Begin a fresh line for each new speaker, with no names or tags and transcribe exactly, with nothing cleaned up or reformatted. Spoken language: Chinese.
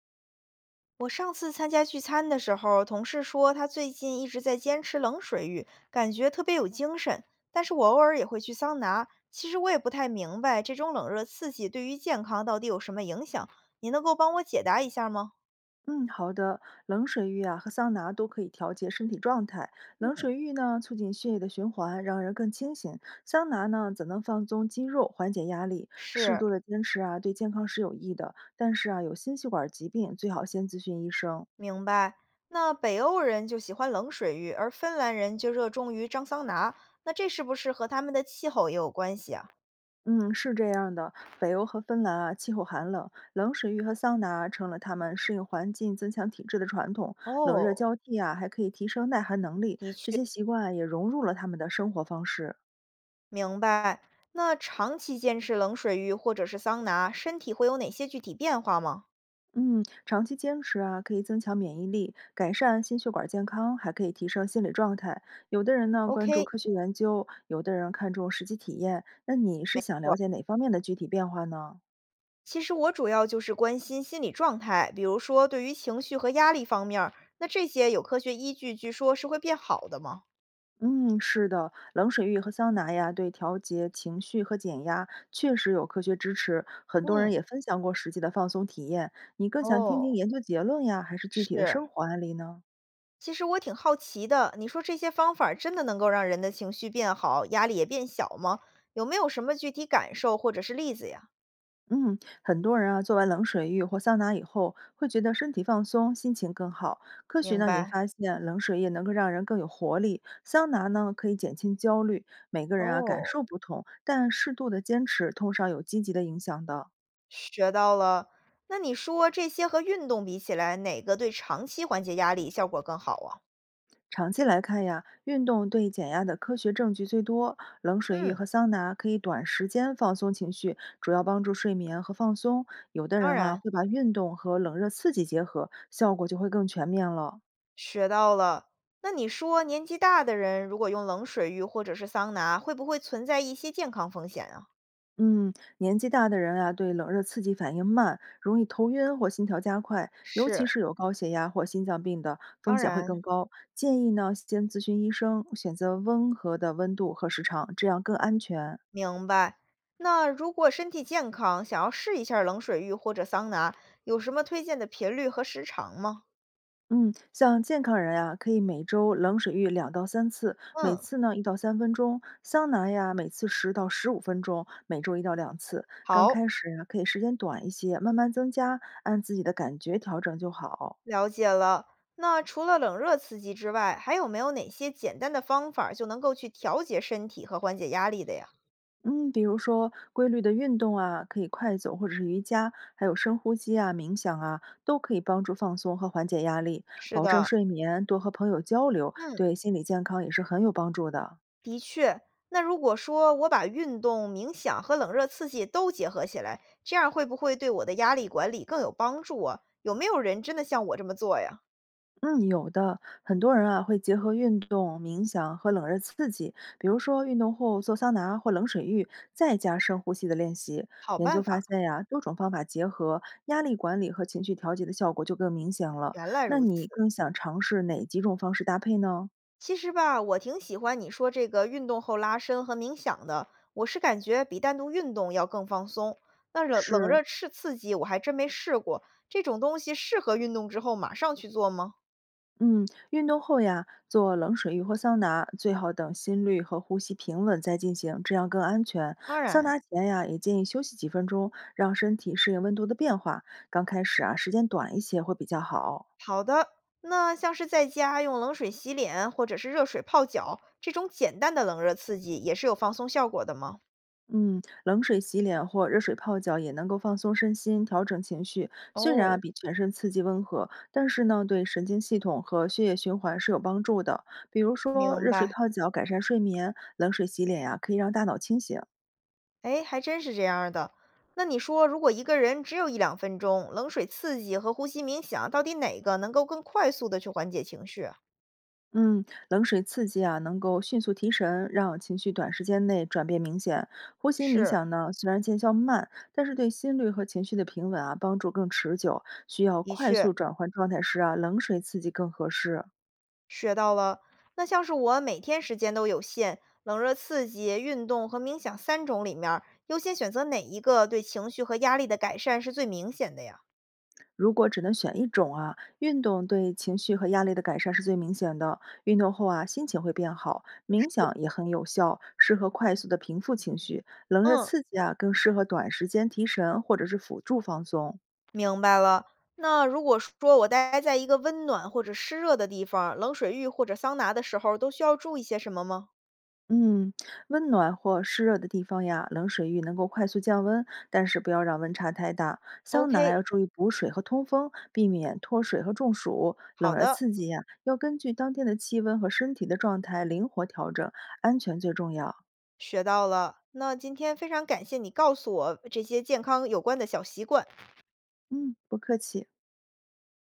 我上次参加聚餐的时候，同事说他最近一直在坚持冷水浴，感觉特别有精神。但是我偶尔也会去桑拿，其实我也不太明白这种冷热刺激对于健康到底有什么影响。你能够帮我解答一下吗？
嗯，好的。冷水浴啊和桑拿都可以调节身体状态。冷水浴呢，促进血液的循环，让人更清醒；桑拿呢，则能放松肌肉，缓解压力。适
是，
度的坚持啊，对健康是有益的。但是啊，有心血管疾病，最好先咨询医生。
明白。那北欧人就喜欢冷水浴，而芬兰人就热衷于蒸桑拿，那这是不是和他们的气候也有关系啊？
嗯，是这样的。北欧和芬兰啊，气候寒冷，冷水浴和桑拿成了他们适应环境、增强体质的传统。冷
哦，
热交替啊，还可以提升耐寒能力。
的
这
确。
些习惯啊也融入了他们的生活方式。
明白。那长期坚持冷水浴或者是桑拿，身体会有哪些具体变化吗
嗯，长期坚持啊，可以增强免疫力，改善心血管健康，还可以提升心理状态。有的人呢关注
？OK，
科学研究，有的人看重实际体验。那你是
没。
想了解哪方面的具体变化呢？
其实我主要就是关心心理状态，比如说对于情绪和压力方面儿，那这些有科学依据，据说是会变好的吗？
嗯，是的，冷水浴和桑拿呀，对调节情绪和减压确实有科学支持。很多人
嗯，
也分享过实际的放松体验。你更想听听
哦，
研究结论呀，还是具体的
是。
生活案例呢？
其实我挺好奇的，你说这些方法儿真的能够让人的情绪变好，压力也变小吗？有没有什么具体感受或者是例子呀？
嗯，很多人啊，做完冷水浴或桑拿以后，会觉得身体放松，心情更好。科学
明
呢也
白。
发现，冷水液能够让人更有活力，桑拿呢可以减轻焦虑。每个人啊感
哦。
受不同，但适度的坚持通常有积极的影响的。
学到了。那你说这些和运动比起来，哪个对长期缓解压力效果更好啊？
长期来看呀，运动对减压的科学证据最多。冷水浴
嗯，
和桑拿可以短时间放松情绪，主要帮助睡眠和放松。有的
当
人啊
然
会把运动和冷热刺激结合，效果就会更全面了。
学到了。那你说年纪大的人如果用冷水浴或者是桑拿，会不会存在一些健康风险啊？
嗯，年纪大的人啊，对冷热刺激反应慢，容易头晕或心跳加快，尤其
是，
是有高血压或心脏病的，风
当
险会
然
更高。建议呢，先咨询医生，选择温和的温度和时长，这样更安全。
明白。那如果身体健康，想要试一下冷水浴或者桑拿，有什么推荐的频率和时长吗？
嗯，像健康人呀、可以每周冷水浴两到三次，每
嗯，
次呢一到三分钟；桑拿呀，每次十到十五分钟，每周一到两次。刚
好。
开始呀、可以时间短一些，慢慢增加，按自己的感觉调整就好。
了解了。那除了冷热刺激之外，还有没有哪些简单的方法儿就能够去调节身体和缓解压力的呀？
嗯，比如说规律的运动啊，可以快走或者是瑜伽，还有深呼吸啊、冥想啊，都可以帮助放松和缓解压力，
是
保证
的，
睡眠，多和朋友交流，
嗯，
对心理健康也是很有帮助的。
的确。那如果说我把运动、冥想和冷热刺激都结合起来，这样会不会对我的压力管理更有帮助啊？有没有人真的像我这么做呀？
嗯，有的，很多人啊会结合运动、冥想和冷热刺激，比如说运动后做桑拿或冷水浴，再加深呼吸的练习。
好
研
办
究发
法，
现呀、多种方法结合，压力管理和情绪调节的效果就更明显了。
原来
那
如
你
此。
更想尝试哪几种方式搭配呢？
其实吧，我挺喜欢你说这个运动后拉伸和冥想的，我是感觉比单独运动要更放松。那冷冷
是，
热刺刺激我还真没试过，这种东西适合运动之后马上去做吗？
嗯，运动后呀，做冷水浴或桑拿，最好等心率和呼吸平稳再进行，这样更安全。
当
桑
然，
拿前呀，也建议休息几分钟，让身体适应温度的变化。刚开始啊，时间短一些会比较好。
好的。那像是在家用冷水洗脸或者是热水泡脚这种简单的冷热刺激，也是有放松效果的吗？
嗯，冷水洗脸或热水泡脚也能够放松身心，调整情绪。虽然啊
哦，
比全身刺激温和，但是呢，对神经系统和血液循环是有帮助的。比如说，
明
热水
白。
泡脚改善睡眠，冷水洗脸呀、可以让大脑清醒。
哎，还真是这样儿的。那你说，如果一个人只有一两分钟，冷水刺激和呼吸冥想，到底哪个能够更快速的去缓解情绪啊？
嗯，冷水刺激啊，能够迅速提神，让情绪短时间内转变明显。呼吸冥
是，
想呢，虽然见效慢，但是对心率和情绪的平稳啊，帮助更持久。需要
的
快
确
速转换状态时啊，冷水刺激更合适。
学到了。那像是我每天时间都有限，冷热刺激、运动和冥想三种里面儿，优先选择哪一个对情绪和压力的改善是最明显的呀？
如果只能选一种啊，运动对情绪和压力的改善是最明显的。运动后啊，心情会变好，冥想也很有效，适合快速的平复情绪。冷热
嗯，
刺激啊，更适合短时间提神或者是辅助放松。
明白了。那如果说我待在一个温暖或者湿热的地方，冷水浴或者桑拿的时候，都需要注意些什么吗
嗯，温暖或湿热的地方呀，冷水浴能够快速降温，但是不要让温差太大。桑拿
？OK，
要注意补水和通风，避免脱水和中暑。
好
冷热
的，
刺激呀，要根据当天的气温和身体的状态灵活调整，安全最重要。
学到了。那今天非常感谢你告诉我这些健康有关的小习惯。
嗯，不客气。